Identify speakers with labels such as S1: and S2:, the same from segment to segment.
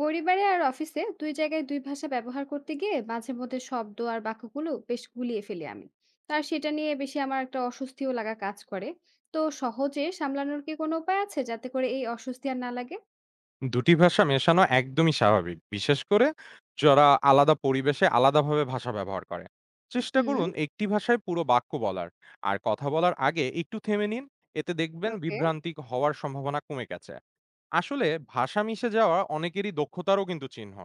S1: পরিবারে আর অফিসে দুই জায়গায় দুই ভাষা ব্যবহার করতে গিয়ে মাঝে মধ্যে শব্দ আর বাক্যগুলো বেশ গুলিয়ে ফেলি আমি। আর সেটা নিয়ে বেশি আমার একটা অস্বস্তিও লাগা কাজ করে। তো সহজে সামলানোর কি কোনো উপায় আছে যাতে করে এই অস্বস্তি আর না লাগে?
S2: দুটি ভাষা মেশানো একদমই স্বাভাবিক বিশেষ করে যারা আলাদা পরিবেশে আলাদাভাবে ভাষা ব্যবহার করে চেষ্টা
S1: হুম।
S2: করুন একটি ভাষায় পুরো বাক্য বলার। আর কথা বলার আগে একটু থেমে নিন। এতে দেখবেন
S1: ওকে।
S2: বিভ্রান্তি হওয়ার সম্ভাবনা কমে গেছে। আসলে ভাষা মিশে যাওয়া অনেকেরই দক্ষতারও কিন্তু চিহ্ন।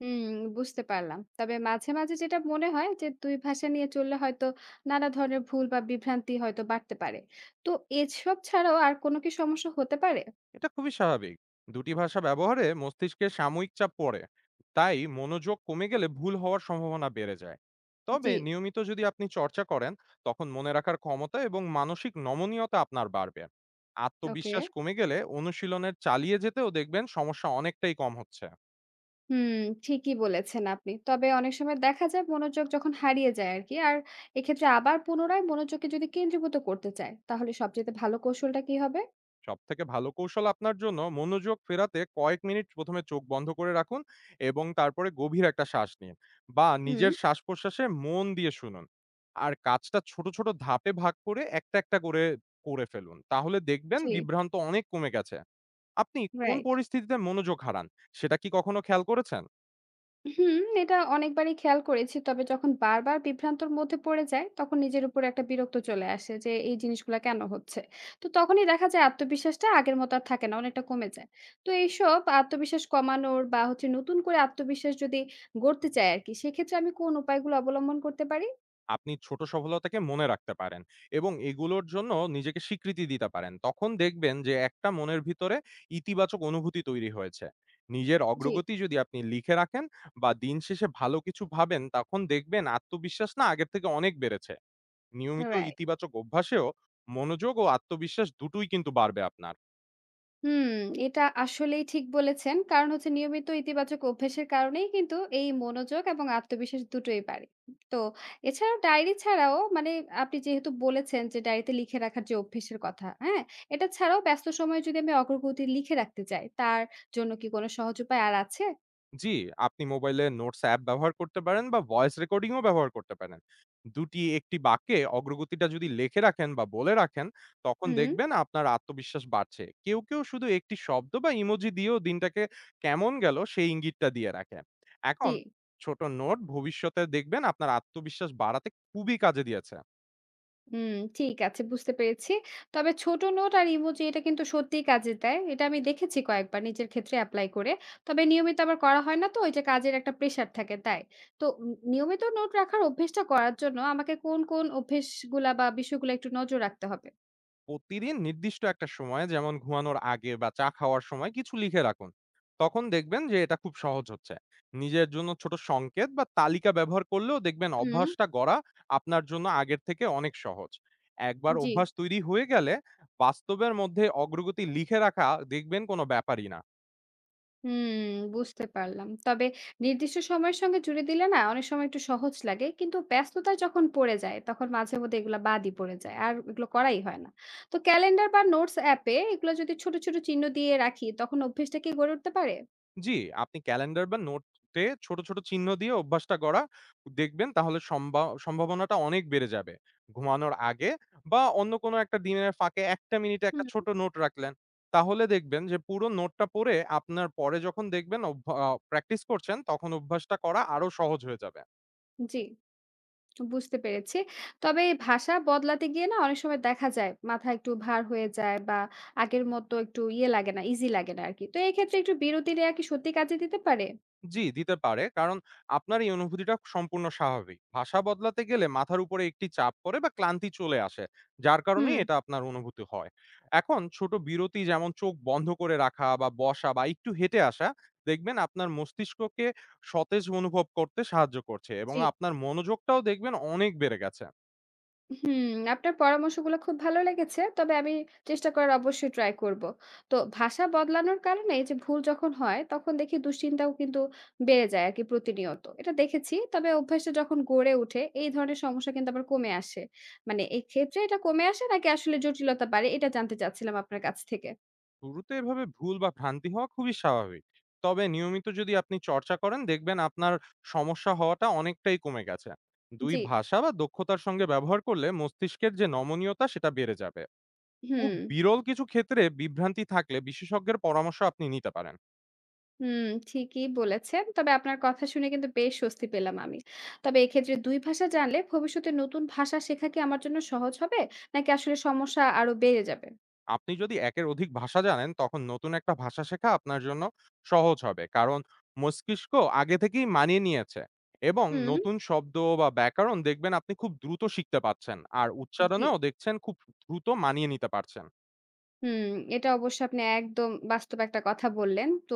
S1: হুম, বুঝতে পারলাম। তবে মাঝে মাঝে যেটা মনে হয় যে দুই ভাষা নিয়ে চললে হয়তো নানা ধরনের ভুল বা বিভ্রান্তি হয়তো বাড়তে পারে। তো এসব ছাড়াও আর কোনো কি সমস্যা হতে পারে?
S2: এটা খুবই স্বাভাবিক। দুটি ভাষা ব্যবহারে মস্তিষ্কে সাময়িক চাপ পড়ে, তাই মনোযোগ কমে গেলে ভুল হওয়ার সম্ভাবনা বেড়ে যায়। তবে
S1: জি।
S2: নিয়মিত যদি আপনি চর্চা করেন, তখন মনে রাখার ক্ষমতা এবং মানসিক নমনীয়তা আপনার বাড়বে।
S1: ওকে।
S2: আত্মবিশ্বাস কমে গেলে অনুশীলনের চালিয়ে যেতেও দেখবেন সমস্যা অনেকটাই কম হচ্ছে।
S1: হুম, ঠিকই বলেছেন আপনি। তবে অনেক সময় দেখা যায় মনোযোগ যখন হারিয়ে যায় আরকি। আর এক্ষেত্রে আবার পুনরায় মনোযোগকে যদি কেন্দ্রীভূত করতে চায়, তাহলে সবচাইতে ভালো কৌশলটা কি হবে?
S2: সবথেকে ভালো কৌশল আপনার জন্য মনোযোগ ফেরাতে কয়েক মিনিট প্রথমে চোখ বন্ধ করে রাখুন এবং তারপরে গভীর একটা শ্বাস নিন বা
S1: হুম।
S2: নিজের শ্বাস প্রশ্বাসে মন দিয়ে শুনুন। আর কাজটা ছোট ছোট ধাপে ভাগ করে একটা একটা করে করে ফেলুন, তাহলে দেখবেন
S1: জি।
S2: বিভ্রান্ত অনেক কমে গেছে। আপনি কোন
S1: রাইট।
S2: পরিস্থিতিতে মনোযোগ হারান, সেটা কি কখনো খেয়াল করেছেন?
S1: হুম, এটা অনেকবারই খেয়াল করেছি। তবে যখন বারবার বিভ্রান্তর মধ্যে পড়ে যায়, তখন নিজের উপরে একটা বিরক্ত চলে আসে যে এই জিনিসগুলা কেন হচ্ছে? তো তখনই দেখা যায় আত্মবিশ্বাসটা আগের মতো আর থাকে না, অনেকটা কমে যায়। তো এইসব আত্মবিশ্বাস কমানোর বা হচ্ছে নতুন করে আত্মবিশ্বাস যদি গড়তে চাই আরকি, সেক্ষেত্রে আমি কোন উপায়গুলো অবলম্বন করতে পারি?
S2: আপনি ছোট সফলতাকে মনে রাখতে পারেন এবং এগুলোর জন্য নিজেকে স্বীকৃতি দিতে পারেন। তখন দেখবেন যে একটা মনের ভিতরে ইতিবাচক অনুভূতি তৈরি হয়েছে। নিজের
S1: জি।
S2: অগ্রগতি যদি আপনি লিখে রাখেন বা দিন শেষে ভালো কিছু ভাবেন, তখন দেখবেন আত্মবিশ্বাস না আগের থেকে অনেক বেড়েছে। নিয়মিত
S1: রাইট।
S2: ইতিবাচক অভ্যাসেও মনোযোগ ও আত্মবিশ্বাস দুটোই কিন্তু বাড়বে আপনার।
S1: হুম, এটা আসলেই ঠিক বলেছেন। কারণ হচ্ছে নিয়মিত ইতিবাচক অভ্যাসের কারণেই কিন্তু এই মনোযোগ এবং আত্মবিশ্বাস দুটোই বাড়ে। তো এছাড়াও ডায়েরি ছাড়াও মানে আপনি যেহেতু বলেছেন যে ডায়েরিতে লিখে রাখার যে অভ্যাসের কথা, হ্যাঁ? এটা ছাড়াও ব্যস্ত সময়ে যদি আমি অগ্রগতি লিখে রাখতে চাই, তার জন্য কি কোনো সহজ উপায় আর আছে?
S2: জি, আপনি মোবাইলে নোটস অ্যাপ ব্যবহার করতে পারেন বা ভয়েস রেকর্ডিং ও ব্যবহার করতে পারেন। দুটি একটি বাক্যে অগ্রগতিটা যদি লিখে রাখেন বা বলে রাখেন, তখন
S1: হুম।
S2: দেখবেন আপনার আত্মবিশ্বাস বাড়ছে। কেউ, কেউ শুধু একটি শব্দ বা ইমোজি দিয়েও দিনটাকে কেমন গেল সেই ইঙ্গিতটা দিয়ে রাখে।
S1: জি।
S2: এখন ছোট নোট ভবিষ্যতে দেখবেন আপনার আত্মবিশ্বাস বাড়াতে খুবই কাজে দিয়েছে।
S1: হুম, ঠিক আছে, বুঝতে পেরেছি। তবে ছোট নোট আর ইমোজি এটা কিন্তু সত্যিই কাজে দেয়। এটা আমি দেখেছি কয়েকবার নিজের ক্ষেত্রে এপ্লাই করে। তবে নিয়মিত আবার করা হয় না, তো ওই যে কাজের একটা প্রেশার থাকে তাই। তো নিয়মিত নোট রাখার অভ্যেসটা করার জন্য আমাকে কোন, কোন অভ্যেসগুলা বা বিষয়গুলা একটু নজর রাখতে হবে?
S2: প্রতিদিন নির্দিষ্ট একটা সময়ে যেমন ঘুমানোর আগে বা চা খাওয়ার সময় কিছু লিখে রাখুন। তখন দেখবেন যে এটা খুব সহজ হচ্ছে। নিজের জন্য ছোট সংকেত বা তালিকা ব্যবহার করলেও দেখবেন
S1: হুম।
S2: অভ্যাসটা গড়া আপনার জন্য আগের থেকে অনেক সহজ। একবার
S1: জি।
S2: অভ্যাস তৈরি হয়ে গেলে বাস্তবের মধ্যে অগ্রগতি লিখে রাখা দেখবেন কোনো ব্যাপারই না।
S1: হুম, বুঝতে পারলাম। তবে নির্দিষ্ট সময়ের সঙ্গে জুড়ে দিলে না অনেক সময় একটু সহজ লাগে। কিন্তু ব্যস্ততায় যখন পড়ে যায় তখন মাঝে মধ্যে এগুলা বাদই পড়ে যায়। আর এগুলো করাই হয় না। তো ক্যালেন্ডার বা নোটস অ্যাপে এগুলো যদি ছোট, ছোট চিহ্ন দিয়ে রাখি তখন অভ্যেসটা কি গড়ে উঠতে পারে?
S2: জি, আপনি ক্যালেন্ডার বা নোটে ছোট, ছোট চিহ্ন দিয়ে অভ্যাসটা গড়া দেখবেন তাহলে সম্ভাবনাটা অনেক বেড়ে যাবে। ঘুমানোর আগে বা অন্য কোনো একটা দিনের ফাঁকে ১ টা মিনিটে একটা
S1: হুম।
S2: ছোট নোট রাখলেন। তাহলে দেখবেন যে পুরো নোটটা পড়ে আপনার পরে যখন দেখবেন অভ্যা আ প্র্যাকটিস করছেন তখন অভ্যাসটা করা আরো সহজ হয়ে যাবে।
S1: জি, বুঝতে পেরেছি। তবে এই ভাষা বদলাতে গিয়ে না অনেক সময় দেখা যায় মাথা একটু ভার হয়ে যায় বা আগের মতো একটু ইয়ে লাগে না, ইজি লাগে না আরকি। তো এক্ষেত্রে একটু বিরতি নেয়া কি সত্যি কাজে দিতে পারে?
S2: জি, দিতে পারে। কারণ আপনার এই অনুভূতিটা সম্পূর্ণ স্বাভাবিক। ভাষা বদলাতে গেলে মাথার উপরে একটি চাপ পড়ে বা ক্লান্তি চলে আসে। যার কারণেই
S1: হুম।
S2: এটা আপনার অনুভূতি হয়। এখন ছোট বিরতি যেমন চোখ বন্ধ করে রাখা বা বসা বা একটু হেঁটে আসা দেখবেন আপনার মস্তিষ্ককে সতেজ অনুভব করতে সাহায্য করছে এবং
S1: জি।
S2: আপনার মনোযোগটাও দেখবেন অনেক বেড়ে গেছে।
S1: হুম, আপনার পরামর্শগুলো খুব ভালো লেগেছে। তবে আমি চেষ্টা করার অবশ্যই ট্রাই করব। তো ভাষা বদলানোর কারণে এই যে ভুল যখন হয়, তখন দেখি দুশ্চিন্তাও কিন্তু বেড়ে যায় আরকি প্রতিনিয়ত। এটা দেখেছি। তবে অভ্যাসটা যখন গড়ে ওঠে, এই ধরনের সমস্যা কিন্তু আবার কমে আসে। মানে এক্ষেত্রে এটা কমে আসে নাকি আসলে জটিলতা বাড়ে? এটা জানতে চাচ্ছিলাম আপনার কাছ থেকে।
S2: শুরুতে এভাবে ভুল বা ভ্রান্তি হওয়া খুবই স্বাভাবিক। তবে নিয়মিত যদি আপনি চর্চা করেন দেখবেন আপনার সমস্যা হওয়াটা অনেকটাই কমে গেছে। দুই
S1: জি।
S2: ভাষা বা দক্ষতার সঙ্গে ব্যবহার করলে মস্তিষ্কের যে নমনীয়তা সেটা বেড়ে যাবে। খুব
S1: হুম।
S2: বিরল কিছু ক্ষেত্রে বিভ্রান্তি থাকলে বিশেষজ্ঞের পরামর্শ আপনি নিতে পারেন।
S1: হুম, ঠিকই বলেছেন। তবে আপনার কথা শুনে কিন্তু বেশ স্বস্তি পেলাম আমি। তবে এক্ষেত্রে ২ ভাষা জানলে ভবিষ্যতে নতুন ভাষা শেখা কি আমার জন্য সহজ হবে? নাকি আসলে সমস্যা আরো বেড়ে যাবে?
S2: আপনি যদি একের অধিক ভাষা জানেন, তখন নতুন একটা ভাষা শেখা আপনার জন্য সহজ হবে। কারণ মস্তিষ্ক আগে থেকেই মানিয়ে নিয়েছে এবং
S1: হুম।
S2: নতুন শব্দ বা ব্যাকরণ দেখবেন আপনি খুব দ্রুত শিখতে পারছেন। আর
S1: জি।
S2: উচ্চারণেও দেখছেন খুব দ্রুত মানিয়ে নিতে পারছেন।
S1: হুম, এটা অবশ্য আপনি একদম বাস্তব একটা কথা বললেন। তো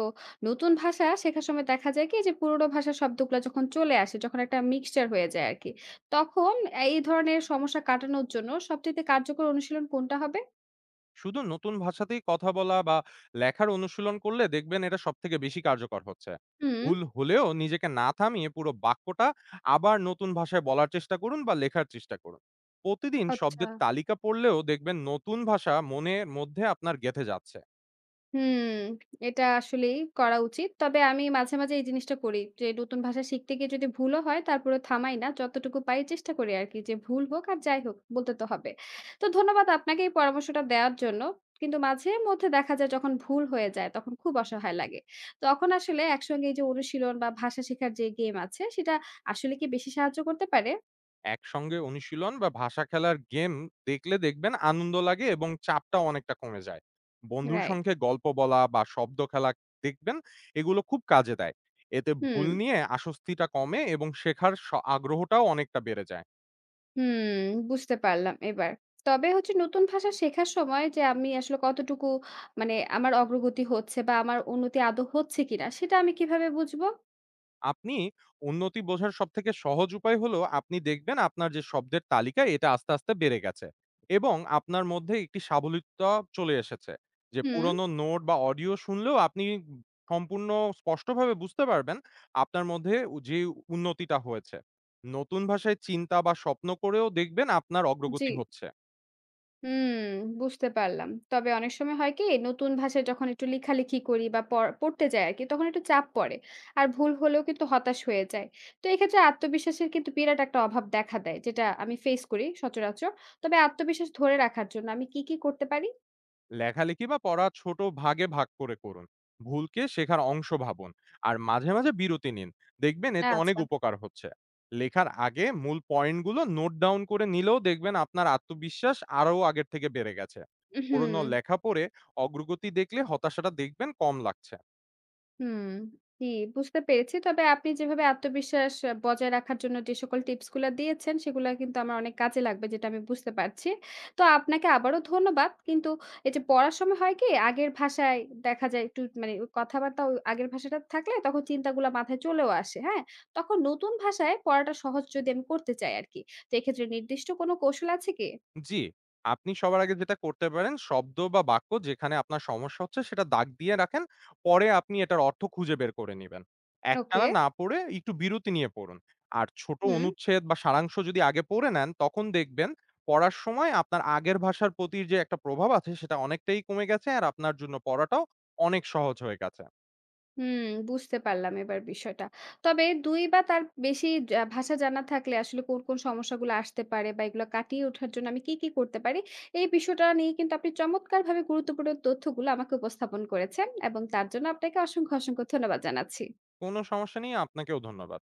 S1: নতুন ভাষা শেখার সময় দেখা যায় কি যে পুরোনো ভাষার শব্দগুলা যখন চলে আসে, যখন একটা mixture হয়ে যায় আরকি। তখন এই ধরনের সমস্যা কাটানোর জন্য সবচাইতে কার্যকর অনুশীলন কোনটা হবে?
S2: শুধু নতুন ভাষাতেই কথা বলা বা লেখার অনুশীলন করলে দেখবেন এটা সবথেকে বেশি কার্যকর হচ্ছে।
S1: হুম।
S2: ভুল হলেও নিজেকে না থামিয়ে পুরো বাক্যটা আবার নতুন ভাষায় বলার চেষ্টা করুন বা লেখার চেষ্টা করুন। প্রতিদিন
S1: আচ্ছা।
S2: শব্দের তালিকা পড়লেও দেখবেন নতুন ভাষা মনের মধ্যে আপনার গেঁথে যাচ্ছে।
S1: হুম, এটা আসলেই করা উচিত। তবে আমি মাঝে, মাঝে এই জিনিসটা করি যে নতুন ভাষা শিখতে গিয়ে যদি ভুলও হয় তারপরে থামাই না। যতটুকু পারি চেষ্টা করি আরকি, যে ভুল হোক আর যাই হোক বলতে তো হবে। তো ধন্যবাদ আপনাকে এই পরামর্শটা দেওয়ার জন্য। কিন্তু মাঝে মধ্যে দেখা যায় যখন ভুল হয়ে যায় তখন খুব অসহায় লাগে। তখন আসলে একসঙ্গে এই যে অনুশীলন বা ভাষা শেখার যে গেম আছে সেটা আসলে কি বেশি সাহায্য করতে পারে?
S2: একসঙ্গে অনুশীলন বা ভাষা খেলার গেম দেখলে দেখবেন আনন্দ লাগে এবং চাপটাও অনেকটা কমে যায়। বন্ধুর
S1: রাইট।
S2: সঙ্গে গল্প বলা বা শব্দ খেলা দেখবেন এগুলো খুব কাজে দেয়। এতে ভুল
S1: হুম।
S2: নিয়ে আসস্তিটা কমে এবং শেখার স আগ্রহটাও অনেকটা বেড়ে যায়।
S1: হুম, বুঝতে পারলাম এবার। তবে হচ্ছে নতুন ভাষা শেখার সময় যে আমি আসলে কতটুকু মানে আমার অগ্রগতি হচ্ছে বা আমার উন্নতি আদৌ হচ্ছে কিনা সেটা আমি কিভাবে বুঝবো?
S2: আপনি উন্নতি বোঝার সবথেকে সহজ উপায় হলো আপনি দেখবেন আপনার যে শব্দের তালিকা এটা আস্তে আস্তে বেড়ে গেছে এবং আপনার মধ্যে একটি সাবলীলতা চলে এসেছে, যে
S1: হুম।
S2: পুরনো নোট বা অডিও শুনলেও আপনি সম্পূর্ণ স্পষ্টভাবে বুঝতে পারবেন আপনার মধ্যে যে উন্নতিটা হয়েছে। নতুন ভাষায় চিন্তা বা স্বপ্ন করেও দেখবেন আপনার
S1: জি।
S2: অগ্রগতি হচ্ছে।
S1: হুম, বুঝতে পারলাম। তবে অনেক সময় হয় কি নতুন ভাষায় যখন একটু লেখালেখি করি বা পড়তে যাই আরকি তখন একটু চাপ পড়ে। আর ভুল হলেও কিন্তু হতাশ হয়ে যায়। তো এক্ষেত্রে আত্মবিশ্বাসের কিন্তু বিরাট একটা অভাব দেখা দেয় যেটা আমি ফেস করি সচরাচর। তবে আত্মবিশ্বাস ধরে রাখার জন্য আমি কি, কি করতে পারি?
S2: লেখালেখি বা পড়া ছোট ভাগে ভাগ করে করুন। ভুলকে শেখার অংশ ভাবুন, আর মাঝে মাঝে বিরতি নিন, দেখবেন এতে অনেক
S1: আচ্ছা।
S2: উপকার হচ্ছে। লেখার আগে মূল পয়েন্টগুলো নোট ডাউন করে নিলেও দেখবেন আপনার আত্মবিশ্বাস আরও আগের থেকে বেড়ে গেছে।
S1: হুম।
S2: পুরনো লেখা পড়ে অগ্রগতি দেখলে হতাশাটা দেখবেন কম লাগছে।
S1: হুম, জি, বুঝতে পেরেছি। তবে আপনি যেভাবে আত্মবিশ্বাস বজায় রাখার জন্য যে সকল টিপস গুলা দিয়েছেন, সেগুলা কিন্তু আমার অনেক কাজে লাগবে যেটা আমি বুঝতে পারছি। তো আপনাকে আবারও ধন্যবাদ। কিন্তু এই যে পড়ার সময় হয় কি আগের ভাষায় দেখা যায় একটু মানে ওই কথাবার্তা ও আগের ভাষাটা থাকলে তখন চিন্তাগুলা মাথায় চলেও আসে, হ্যাঁ? তখন নতুন ভাষায় পড়াটা সহজ যদি আমি করতে চাই আরকি। তো এক্ষেত্রে নির্দিষ্ট কোনো কৌশল আছে কি?
S2: জি, আপনি সবার আগে যেটা করতে পারেন শব্দ বা বাক্য যেখানে আপনার সমস্যা হচ্ছে সেটা দাগ দিয়ে রাখেন। পরে আপনি এটার অর্থ খুঁজে বের করে নিবেন।
S1: ওকে।
S2: একটানা না পড়ে একটু বিরতি নিয়ে পড়ুন। আর ছোট
S1: হুম।
S2: অনুচ্ছেদ বা সারাংশ যদি আগে পড়ে নেন তখন দেখবেন পড়ার সময় আপনার আগের ভাষার প্রতি যে একটা প্রভাব আছে সেটা অনেকটাই কমে গেছে আর আপনার জন্য পড়াটাও অনেক সহজ হয়ে গেছে।
S1: হুম, বুঝতে পারলাম এবার বিষয়টা। তবে ২ বা তার বেশি যা ভাষা জানা থাকলে আসলে কোন, কোন সমস্যাগুলো আসতে পারে বা এগুলো কাটিয়ে ওঠার জন্য আমি কি, কি করতে পারি? এই বিষয়টা নিয়ে কিন্তু আপনি চমৎকারভাবে গুরুত্বপূর্ণ তথ্যগুলো আমাকে উপস্থাপন করেছেন এবং তার জন্য আপনাকে অসংখ্য, অসংখ্য ধন্যবাদ জানাচ্ছি।
S2: কোনো সমস্যা নেই, আপনাকেও ধন্যবাদ।